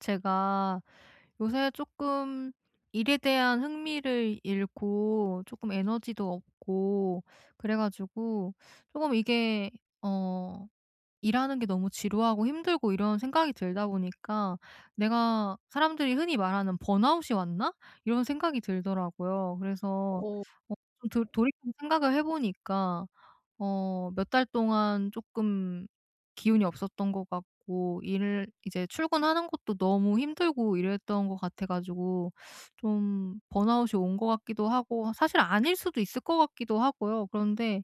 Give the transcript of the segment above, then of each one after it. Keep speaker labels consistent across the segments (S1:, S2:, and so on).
S1: 제가 요새 조금 일에 대한 흥미를 잃고 조금 에너지도 없고 그래 가지고 조금 이게 어 일하는 게 너무 지루하고 힘들고 이런 생각이 들다 보니까 '내가 사람들이 흔히 말하는 번아웃이 왔나?' 이런 생각이 들더라고요. 그래서
S2: 어.
S1: 어 좀 도 돌이켜 생각을 해 보니까 몇 달 동안 조금 기운이 없었던 것 같고, 일을 이제 출근하는 것도 너무 힘들고 이랬던 것 같아 가지고 좀 번아웃이 온 것 같기도 하고 사실 아닐 수도 있을 것 같기도 하고요. 그런데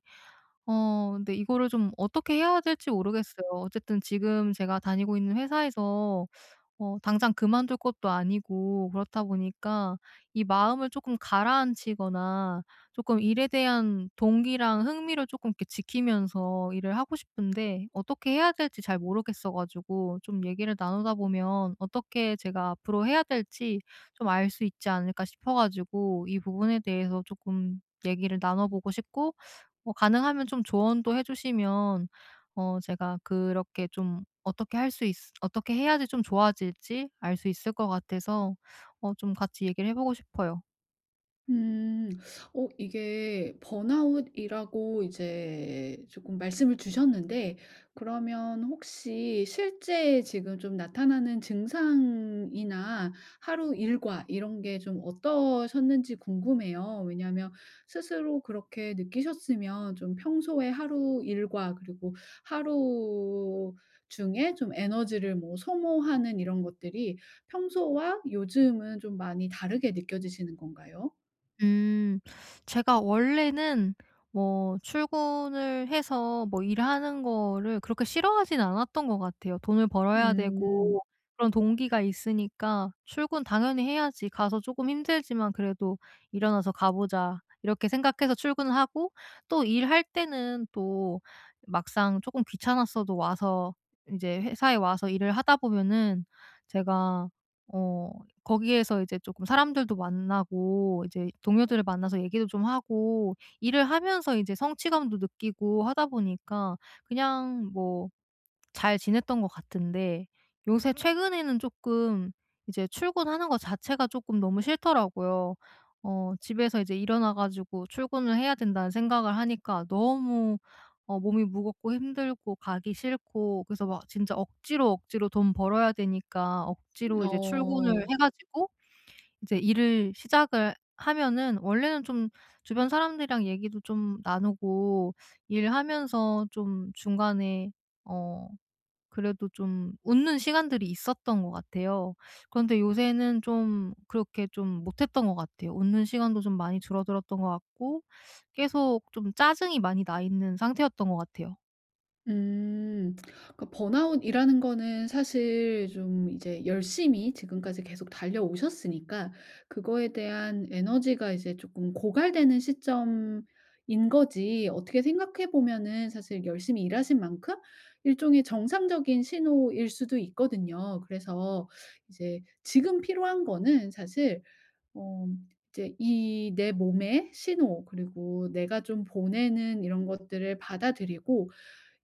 S1: 어 근데 이거를 좀 어떻게 해야 될지 모르겠어요. 어쨌든 지금 제가 다니고 있는 회사에서 당장 그만둘 것도 아니고 그렇다 보니까, 이 마음을 조금 가라앉히거나 조금 일에 대한 동기랑 흥미를 조금 이렇게 지키면서 일을 하고 싶은데, 어떻게 해야 될지 잘 모르겠어 가지고 좀 얘기를 나누다 보면 어떻게 제가 앞으로 해야 될지 좀 알 수 있지 않을까 싶어 가지고, 이 부분에 대해서 조금 얘기를 나눠 보고 싶고, 뭐 가능하면 좀 조언도 해 주시면 제가 그렇게 좀 어떻게 할 수 있 어떻게 해야지 좀 좋아질지 알 수 있을 것 같아서 좀 같이 얘기를 해 보고 싶어요.
S2: 음. 이게 번아웃이라고 이제 조금 말씀을 주셨는데 그러면 혹시 실제 지금 좀 나타나는 증상이나 하루 일과 이런 게 좀 어떠셨는지 궁금해요. 왜냐하면 스스로 그렇게 느끼셨으면 좀 평소에 하루 일과 그리고 하루 중에 좀 에너지를 뭐 소모하는 이런 것들이 평소와 요즘은 좀 많이 다르게 느껴지시는 건가요?
S1: 음. 제가 원래는 뭐 출근을 해서 뭐 일하는 거를 그렇게 싫어하진 않았던 것 같아요. 돈을 벌어야
S2: 음.
S1: 되고 그런 동기가 있으니까 '출근 당연히 해야지. 가서 조금 힘들지만 그래도 일어나서 가 보자.' 이렇게 생각해서 출근을 하고, 또 일할 때는 또 막상 조금 귀찮았어도 와서, 이제 회사에 와서 일을 하다 보면은 제가 어 거기에서 이제 조금 사람들도 만나고 이제 동료들을 만나서 얘기도 좀 하고, 일을 하면서 이제 성취감도 느끼고 하다 보니까 그냥 뭐 잘 지냈던 것 같은데, 요새 최근에는 조금 이제 출근하는 것 자체가 조금 너무 싫더라고요. 집에서 이제 일어나 가지고 출근을 해야 된다는 생각을 하니까 너무 몸이 무겁고 힘들고 가기 싫고, 그래서 막 진짜 억지로, 억지로, 돈 벌어야 되니까 억지로 이제 출근을
S2: 어.
S1: 해 가지고, 이제 일을 시작을 하면은, 원래는 좀 주변 사람들이랑 얘기도 좀 나누고, 일하면서 좀 중간에 어 그래도 좀 웃는 시간들이 있었던 것 같아요. 그런데 요새는 좀 그렇게 좀 못했던 것 같아요. 웃는 시간도 좀 많이 줄어들었던 것 같고, 계속 좀 짜증이 많이 나 있는 상태였던 것 같아요.
S2: 음. 그러니까 번아웃이라는 거는 사실 좀 이제 열심히 지금까지 계속 달려오셨으니까 그거에 대한 에너지가 이제 조금 고갈되는 시점인 거지 어떻게 생각해 보면은 사실 열심히 일하신 만큼 일종의 정상적인 신호일 수도 있거든요. 그래서 이제 지금 필요한 거는 사실 어 이제 이 내 몸의 신호 그리고 내가 좀 보내는 이런 것들을 받아들이고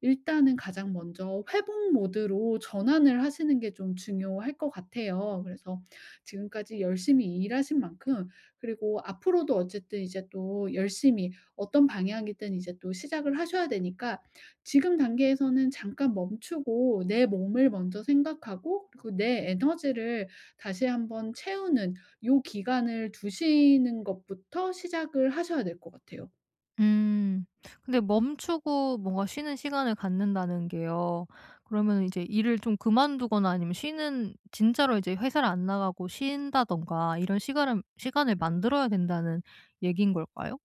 S2: 일단은 가장 먼저 회복 모드로 전환을 하시는 게 좀 중요할 것 같아요. 그래서 지금까지 열심히 일하신 만큼, 그리고 앞으로도 어쨌든 이제 또 열심히 어떤 방향이든 이제 또 시작을 하셔야 되니까 지금 단계에서는 잠깐 멈추고 내 몸을 먼저 생각하고 그리고 내 에너지를 다시 한번 채우는 요 기간을 두시는 것부터 시작을 하셔야 될 것 같아요.
S1: 음. 근데 멈추고 뭔가 쉬는 시간을 갖는다는 게요, 그러면 이제 일을 좀 그만두거나 아니면 쉬는, 진짜로 이제 회사를 안 나가고 쉰다든가, 이런 시간을 만들어야 된다는 얘기인 걸까요?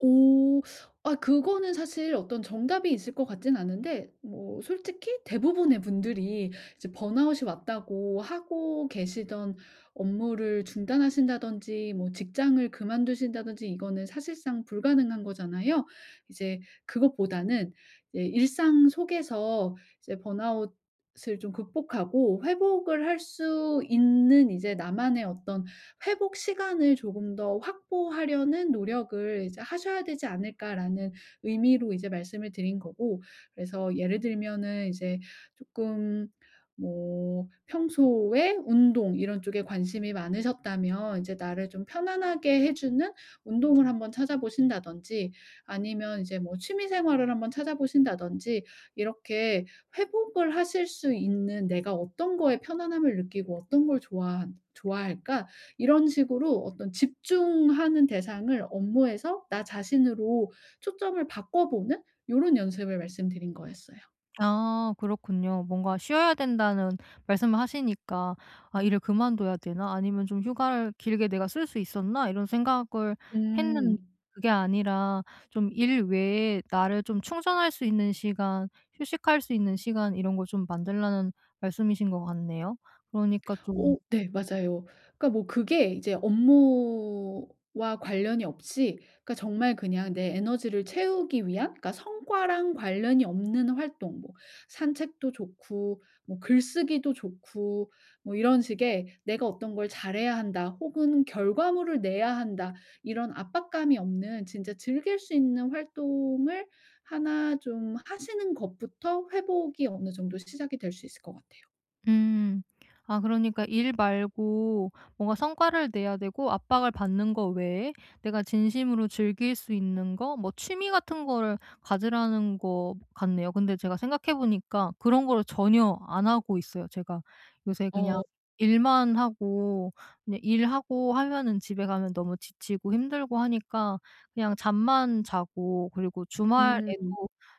S2: 오. 아 그거는 사실 어떤 정답이 있을 것 같진 않은데 뭐 솔직히 대부분의 분들이 이제 번아웃이 왔다고 하고 계시던 업무를 중단하신다든지 뭐 직장을 그만두신다든지, 이거는 사실상 불가능한 거잖아요. 이제 그것보다는 이제 일상 속에서 이제 번아웃을 좀 극복하고 회복을 할 수 있는 이제 나만의 어떤 회복 시간을 조금 더 확보하려는 노력을 이제 하셔야 되지 않을까라는 의미로 이제 말씀을 드린 거고, 그래서 예를 들면은 이제 조금 뭐 평소에 운동 이런 쪽에 관심이 많으셨다면 이제 나를 좀 편안하게 해 주는 운동을 한번 찾아보신다든지 아니면 이제 뭐 취미 생활을 한번 찾아보신다든지 이렇게 회복을 하실 수 있는 '내가 어떤 거에 편안함을 느끼고 어떤 걸 좋아할까?' 이런 식으로 어떤 집중하는 대상을 업무에서 나 자신으로 초점을 바꿔보는 요런 연습을 말씀드린 거였어요.
S1: 아, 그렇군요. 뭔가 쉬어야 된다는 말씀을 하시니까 '아, 일을 그만둬야 되나? 아니면 좀 휴가를 길게 내가 쓸 수 있었나?' 이런 생각을 했는데,
S2: 음.
S1: 그게 아니라 좀 일 외에 나를 좀 충전할 수 있는 시간, 휴식할 수 있는 시간, 이런 걸 좀 만들라는 말씀이신 것 같네요. 그러니까 좀.
S2: 오, 네, 맞아요. 그러니까 뭐 그게 이제 업무와 관련이 없이, 그러니까 정말 그냥 내 에너지를 채우기 위한, 그러니까 성과랑 관련이 없는 활동, 뭐 산책도 좋고 뭐 글쓰기도 좋고, 뭐 이런 식의 '내가 어떤 걸 잘해야 한다.' 혹은 '결과물을 내야 한다.' 이런 압박감이 없는 진짜 즐길 수 있는 활동을 하나 좀 하시는 것부터 회복이 어느 정도 시작이 될 수 있을 것 같아요.
S1: 음. 아, 그러니까 일 말고 뭔가 성과를 내야 되고 압박을 받는 거 외에 내가 진심으로 즐길 수 있는 거, 뭐 취미 같은 거를 가지라는 거 같네요. 근데 제가 생각해 보니까 그런 거를 전혀 안 하고 있어요. 제가 요새 그냥
S2: 어.
S1: 일만 하고, 그냥 일하고 하면은 집에 가면 너무 지치고 힘들고 하니까 그냥 잠만 자고, 그리고 주말에도
S2: 음.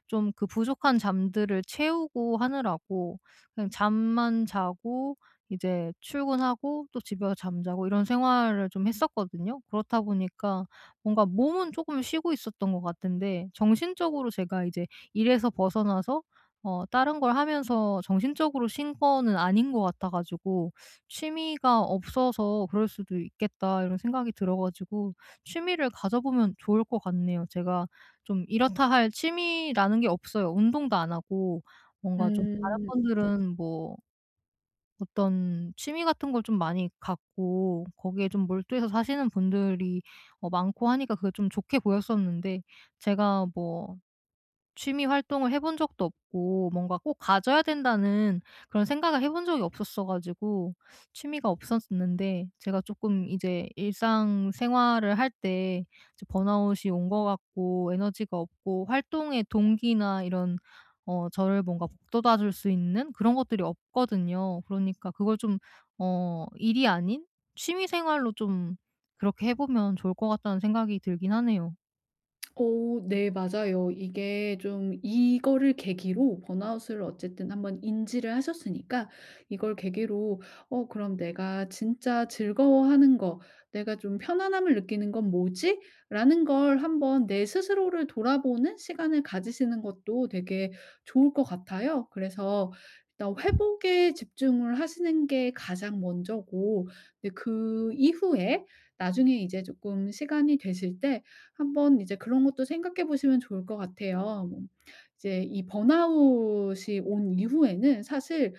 S1: 좀 그 부족한 잠들을 채우고 하느라고 그냥 잠만 자고, 이제 출근하고, 또 집에 와서 잠자고, 이런 생활을 좀 했었거든요. 그렇다 보니까 뭔가 몸은 조금 쉬고 있었던 것 같은데, 정신적으로 제가 이제 일에서 벗어나서 다른 걸 하면서 정신적으로 쉰 거는 아닌 것 같아 가지고 '취미가 없어서 그럴 수도 있겠다.' 이런 생각이 들어 가지고, 취미를 가져보면 좋을 것 같네요. 제가 좀 이렇다 할 취미라는 게 없어요. 운동도 안 하고, 뭔가 좀 다른
S2: 음.
S1: 분들은 뭐 어떤 취미 같은 걸 좀 많이 갖고 거기에 좀 몰두해서 사시는 분들이 많고 하니까 그게 좀 좋게 보였었는데, 제가 뭐 취미 활동을 해본 적도 없고 뭔가 꼭 가져야 된다는 그런 생각을 해본 적이 없었어 가지고 취미가 없었는데, 제가 조금 이제 일상생활을 할 때 번아웃이 온 것 같고 에너지가 없고 활동의 동기나 이런 저를 뭔가 북돋아 줄 수 있는 그런 것들이 없거든요. 그러니까 그걸 좀 일이 아닌 취미 생활로 좀 그렇게 해 보면 좋을 것 같다는 생각이 들긴 하네요.
S2: 오, 네, 맞아요. 이게 좀 이거를 계기로 번아웃을 어쨌든 한번 인지를 하셨으니까, 이걸 계기로 '어 그럼 내가 진짜 즐거워하는 거, 내가 좀 편안함을 느끼는 건 뭐지?'라는 걸 한번 내 스스로를 돌아보는 시간을 가지시는 것도 되게 좋을 것 같아요. 그래서 일단 회복에 집중을 하시는 게 가장 먼저고, 근데 그 이후에 나중에 이제 조금 시간이 되실 때 한번 이제 그런 것도 생각해 보시면 좋을 것 같아요. 뭐 이제 이 번아웃이 온 이후에는 사실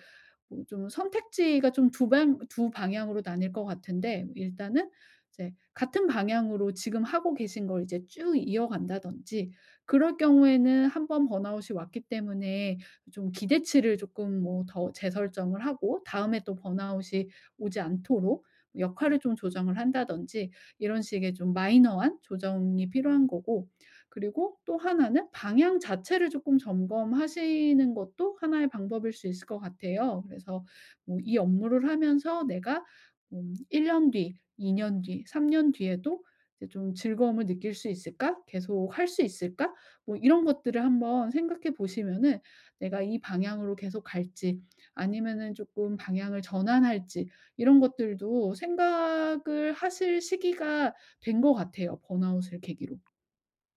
S2: 뭐 좀 선택지가 좀 두 방향으로 나뉠 것 같은데, 일단은 이제 같은 방향으로 지금 하고 계신 걸 이제 쭉 이어간다든지, 그럴 경우에는 한 번 번아웃이 왔기 때문에 좀 기대치를 조금 뭐 더 재설정을 하고 다음에 또 번아웃이 오지 않도록 역할을 좀 조정을 한다든지 이런 식의 좀 마이너한 조정이 필요한 거고, 그리고 또 하나는 방향 자체를 조금 점검하시는 것도 하나의 방법일 수 있을 것 같아요. 그래서 뭐 이 업무를 하면서 내가 1 년 뒤, 2년 뒤, 3년 뒤에도 이제 좀 '즐거움을 느낄 수 있을까? 계속 할 수 있을까?' 뭐 이런 것들을 한번 생각해 보시면은 내가 이 방향으로 계속 갈지 아니면은 조금 방향을 전환할지 이런 것들도 생각을 하실 시기가 된 것 같아요, 번아웃을 계기로.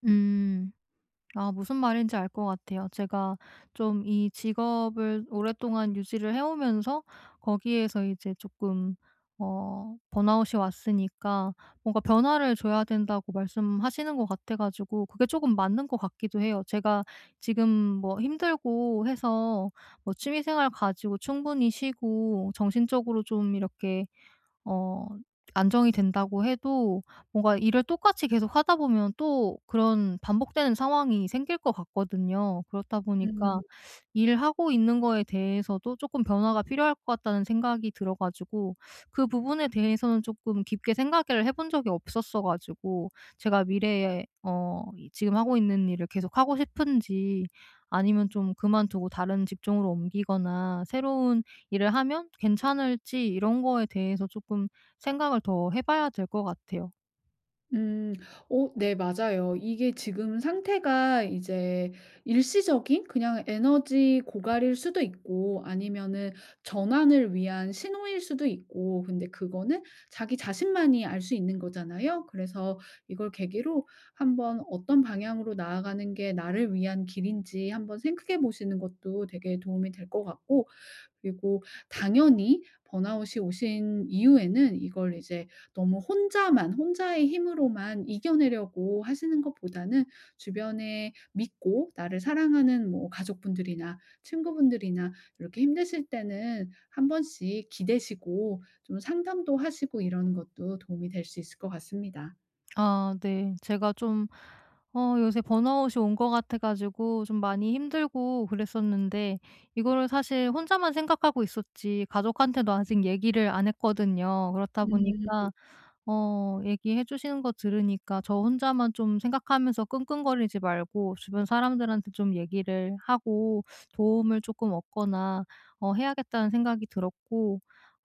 S1: 음. 아, 무슨 말인지 알 것 같아요. 제가 좀 이 직업을 오랫동안 유지를 해 오면서 거기에서 이제 조금 번아웃이 왔으니까 뭔가 변화를 줘야 된다고 말씀하시는 것 같아 가지고 그게 조금 맞는 것 같기도 해요. 제가 지금 뭐 힘들고 해서 뭐 취미 생활 가지고 충분히 쉬고 정신적으로 좀 이렇게 어 안정이 된다고 해도 뭔가 일을 똑같이 계속 하다 보면 또 그런 반복되는 상황이 생길 것 같거든요. 그렇다
S2: 음.
S1: 보니까 일하고 있는 거에 대해서도 조금 변화가 필요할 것 같다는 생각이 들어 가지고, 그 부분에 대해서는 조금 깊게 생각을 해본 적이 없었어 가지고, 제가 미래에 이 지금 하고 있는 일을 계속 하고 싶은지, 아니면 좀 그만두고 다른 직종으로 옮기거나 새로운 일을 하면 괜찮을지, 이런 거에 대해서 조금 생각을 더 해 봐야 될 것 같아요.
S2: 음. 네, 맞아요. 이게 지금 상태가 이제 일시적인 그냥 에너지 고갈일 수도 있고 아니면은 전환을 위한 신호일 수도 있고, 근데 그거는 자기 자신만이 알 수 있는 거잖아요. 그래서 이걸 계기로 한번 어떤 방향으로 나아가는 게 나를 위한 길인지 한번 생각해 보시는 것도 되게 도움이 될 것 같고, 그리고 당연히 번아웃이 오신 이후에는 이걸 이제 너무 혼자만, 혼자의 힘으로만 이겨내려고 하시는 것보다는 주변에 믿고 나를 사랑하는 뭐 가족분들이나 친구분들이나, 이렇게 힘드실 때는 한 번씩 기대시고 좀 상담도 하시고 이런 것도 도움이 될 수 있을 것 같습니다.
S1: 아, 네. 제가 좀 요새 번아웃이 온 것 같아 가지고 좀 많이 힘들고 그랬었는데, 이거를 사실 혼자만 생각하고 있었지 가족한테도 아직 얘기를 안 했거든요. 그렇다
S2: 음.
S1: 보니까 얘기해 주시는 거 들으니까, 저 혼자만 좀 생각하면서 끙끙거리지 말고 주변 사람들한테 좀 얘기를 하고 도움을 조금 얻거나 해야겠다는 생각이 들었고,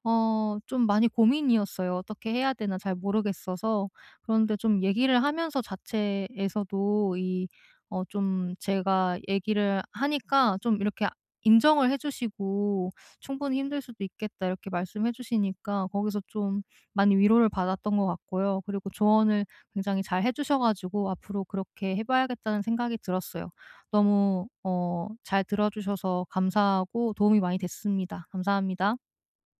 S1: 좀 많이 고민이었어요. '어떻게 해야 되나 잘 모르겠어서.' 그런데 좀 얘기를 하면서 자체에서도 이 어 좀 제가 얘기를 하니까 좀 이렇게 인정을 해 주시고 "충분히 힘들 수도 있겠다." 이렇게 말씀해 주시니까 거기서 좀 많이 위로를 받았던 것 같고요. 그리고 조언을 굉장히 잘 해 주셔 가지고 '앞으로 그렇게 해 봐야겠다.'는 생각이 들었어요. 너무 잘 들어 주셔서 감사하고 도움이 많이 됐습니다. 감사합니다.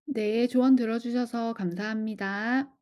S2: 네. 조언 들어 주셔서 감사합니다.